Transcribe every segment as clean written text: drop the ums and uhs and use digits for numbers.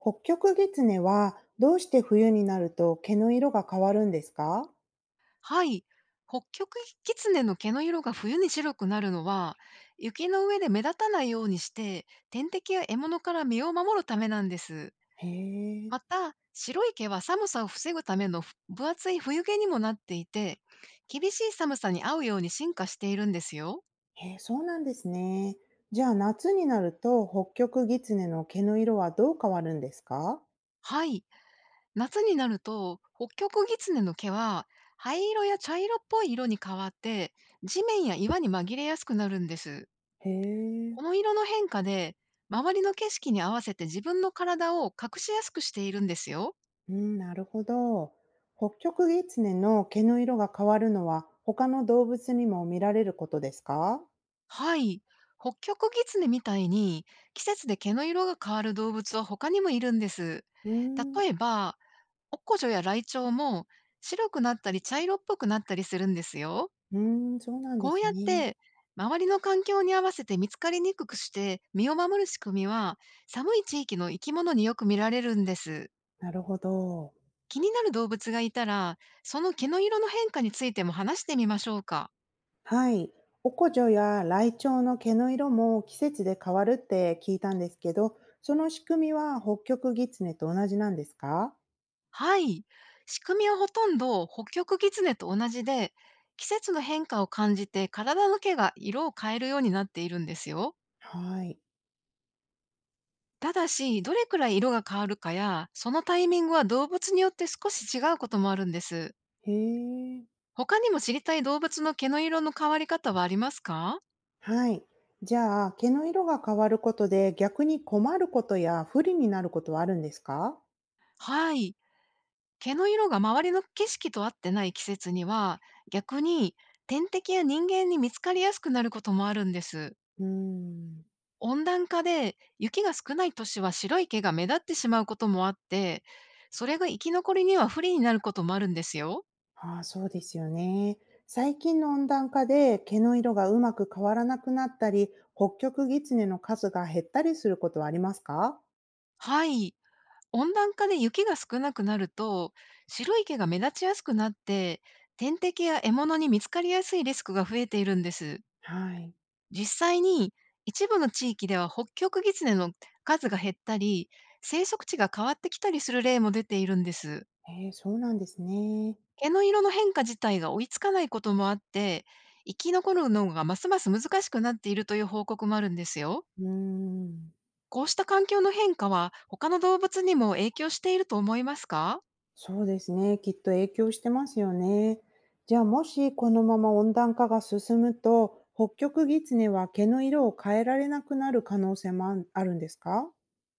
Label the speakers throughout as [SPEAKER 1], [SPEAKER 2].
[SPEAKER 1] 北極月ネはどうして冬になると毛の色が変わるんですか？
[SPEAKER 2] はい。北極狐の毛の色が冬に白くなるのは、雪の上で目立たないようにして、天敵や獲物から身を守るためなんです。
[SPEAKER 1] へえ、
[SPEAKER 2] また、白い毛は寒さを防ぐための分厚い冬毛にもなっていて、厳しい寒さに合うように進化しているんですよ。
[SPEAKER 1] へえ、そうなんですね。じゃあ夏になると北極狐ネの毛の色はどう変わるんですか？
[SPEAKER 2] はい。夏になると、北極狐の毛は、灰色や茶色っぽい色に変わって、地面や岩に紛れやすくなるんです。
[SPEAKER 1] へえ、
[SPEAKER 2] この色の変化で、周りの景色に合わせて自分の体を隠しやすくしているんですよ。
[SPEAKER 1] うん、なるほど。北極狐ネの毛の色が変わるのは他の動物にも見られることですか？
[SPEAKER 2] はい。北極狐みたいに季節で毛の色が変わる動物は他にもいるんです。
[SPEAKER 1] うーん、う
[SPEAKER 2] 例えば、オッコジョやライチョウも白くなったり茶色っぽくなったりするんですよ。
[SPEAKER 1] ーん、そうなんで
[SPEAKER 2] こう
[SPEAKER 1] す
[SPEAKER 2] やっ
[SPEAKER 1] ね。
[SPEAKER 2] て周りの環境に合わせて見つかりにくくして身を守る仕組みは、寒い地域の生き物によく見られるんです。
[SPEAKER 1] なるほど。
[SPEAKER 2] 気になる動物がいたら、その毛の色の変化についても話してみましょうか。
[SPEAKER 1] はい。おこじょやライチョウの毛の色も季節で変わるって聞いたんですけど、その仕組みは北極ギツネと同じなんですか？
[SPEAKER 2] はい。仕組みはほとんど北極狐と同じで、季節の変化を感じて体の毛が色を変えるようになっているんですよ。
[SPEAKER 1] はい。
[SPEAKER 2] ただし、どれくらい色が変わるかや、そのタイミングは動物によって少し違うこともあるんです。
[SPEAKER 1] へえ。
[SPEAKER 2] 他にも知りたい動物の毛の色の変わり方はありますか？
[SPEAKER 1] はい。じゃあ、毛の色が変わることで逆に困ることや不利になることはあるんですか？
[SPEAKER 2] はい。毛の色が周りの景色と合ってない季節には、逆に天敵や人間に見つかりやすくなることもあるんです。
[SPEAKER 1] うーん。
[SPEAKER 2] 温暖化で雪が少ない年は白い毛が目立ってしまうこともあって、それが生き残りには不利になることもあるんですよ。
[SPEAKER 1] ああ、そうですよね。最近の温暖化で毛の色がうまく変わらなくなったり、北極ギツネの数が減ったりすることはありますか？
[SPEAKER 2] はい。温暖化で雪が少なくなると、白い毛が目立ちやすくなって、天敵や獲物に見つかりやすいリスクが増えているんです。
[SPEAKER 1] はい。
[SPEAKER 2] 実際に、一部の地域では北極狐の数が減ったり、生息地が変わってきたりする例も出ているんです。
[SPEAKER 1] ええ、そうなんですね。
[SPEAKER 2] 毛の色の変化自体が追いつかないこともあって、生き残るのがますます難しくなっているという報告もあるんですよ。
[SPEAKER 1] うーん、
[SPEAKER 2] こうした環境の変化は他の動物にも影響していると思いますか？
[SPEAKER 1] そうですね、きっと影響してますよね。じゃあ、もしこのまま温暖化が進むと、北極狐は毛の色を変えられなくなる可能性もあるんですか？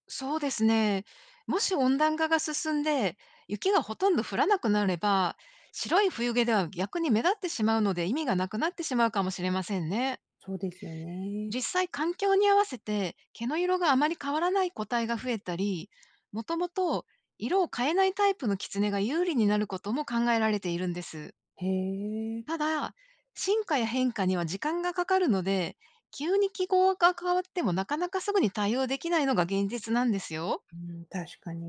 [SPEAKER 2] そうですね。もし温暖化が進んで、雪がほとんど降らなくなれば、白い冬毛では逆に目立ってしまうので、意味がなくなってしまうかもしれませんね。
[SPEAKER 1] そうですよね。
[SPEAKER 2] 実際、環境に合わせて毛の色があまり変わらない個体が増えたり、もともと色を変えないタイプのキツネが有利になることも考えられているんです。
[SPEAKER 1] へえ、
[SPEAKER 2] ただ、進化や変化には時間がかかるので、急に記号が変わってもなかなかすぐに対応できないのが現実なんですよ。
[SPEAKER 1] うん、確かに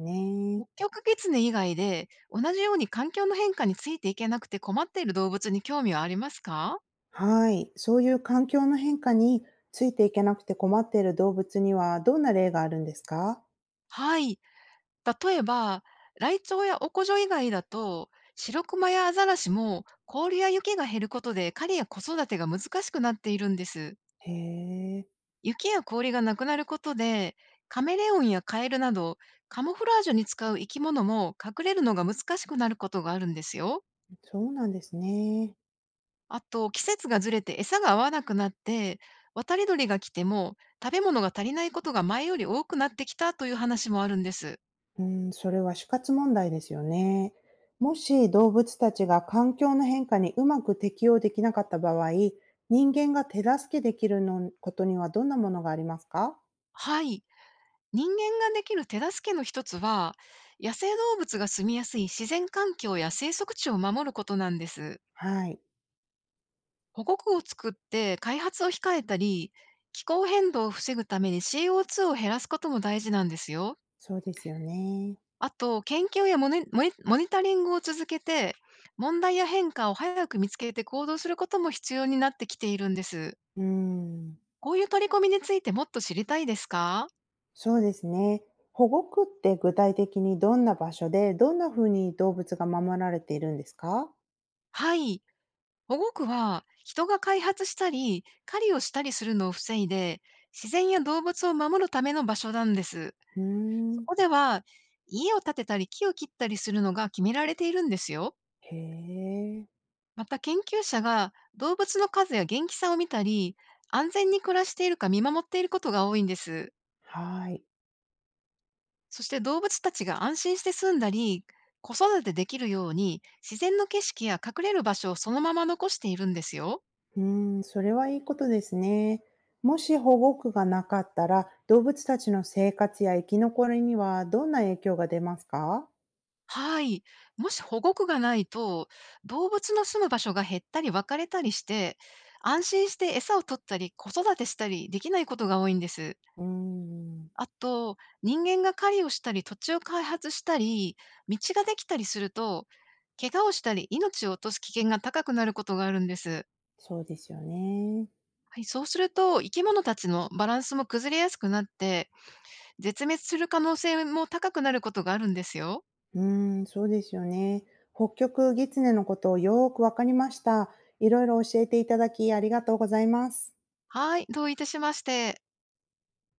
[SPEAKER 1] ね。
[SPEAKER 2] 北極狐以外で、同じように環境の変化についていけなくて困っている動物に興味はありますか？
[SPEAKER 1] はい、そういう環境の変化についていけなくて困っている動物にはどんな例があるんですか？
[SPEAKER 2] はい。例えば、ライチョウやオコジョ以外だと、シロクマやアザラシも氷や雪が減ることで狩りや子育てが難しくなっているんです。
[SPEAKER 1] へえ、
[SPEAKER 2] 雪や氷がなくなることで、カメレオンやカエルなどカモフラージュに使う生き物も隠れるのが難しくなることがあるんですよ。
[SPEAKER 1] そうなんですね。
[SPEAKER 2] あと、季節がずれて餌が合わなくなって、渡り鳥が来ても食べ物が足りないことが前より多くなってきたという話もあるんです。
[SPEAKER 1] うん、それは死活問題ですよね。もし動物たちが環境の変化にうまく適応できなかった場合、人間が手助けできるのことにはどんなものがありますか？
[SPEAKER 2] はい。人間ができる手助けの一つは、野生動物が住みやすい自然環境や生息地を守ることなんです。
[SPEAKER 1] はい、
[SPEAKER 2] 保護区を作って開発を控えたり、気候変動を防ぐために CO2 を減らすことも大事なんですよ。
[SPEAKER 1] そうですよね。
[SPEAKER 2] あと、研究やモニタリングを続けて、問題や変化を早く見つけて行動することも必要になってきているんです。
[SPEAKER 1] うん、
[SPEAKER 2] こういう取り組みについてもっと知りたいですか？
[SPEAKER 1] そうですね。保護区って具体的にどんな場所で、どんなふうに動物が守られているんですか？
[SPEAKER 2] はい。保護区は、人が開発したり、狩りをしたりするのを防いで、自然や動物を守るための場所なんです。
[SPEAKER 1] うー
[SPEAKER 2] そ
[SPEAKER 1] ん、
[SPEAKER 2] こでは、家を建てたり木を切ったりするのが決められているんですよ。
[SPEAKER 1] へえ、
[SPEAKER 2] また、研究者が動物の数や元気さを見たり、安全に暮らしているか見守っていることが多いんです。
[SPEAKER 1] はい。
[SPEAKER 2] そして動物たちが安心して住んだり、子育てできるように、自然の景色や隠れる場所をそのまま残しているんですよ。
[SPEAKER 1] うーん、それはいいことですね。もし保護区がなかったら、動物たちの生活や生き残りにはどんな影響が出ますか？
[SPEAKER 2] はい。もし保護区がないと、動物の住む場所が減ったり分かれたりして、安心して餌を取ったり子育てしたりできないことが多いんです。
[SPEAKER 1] うーん、
[SPEAKER 2] あと、人間が狩りをしたり、土地を開発したり、道ができたりすると、怪我をしたり、命を落とす危険が高くなることがあるんです。
[SPEAKER 1] そうですよね。
[SPEAKER 2] はい、そうすると、生き物たちのバランスも崩れやすくなって、絶滅する可能性も高くなることがあるんですよ。
[SPEAKER 1] うーん、そうですよね。北極狐のことをよーくわかりました。いろいろ教えていただきありがとうございます。
[SPEAKER 2] はい、どういたしまして。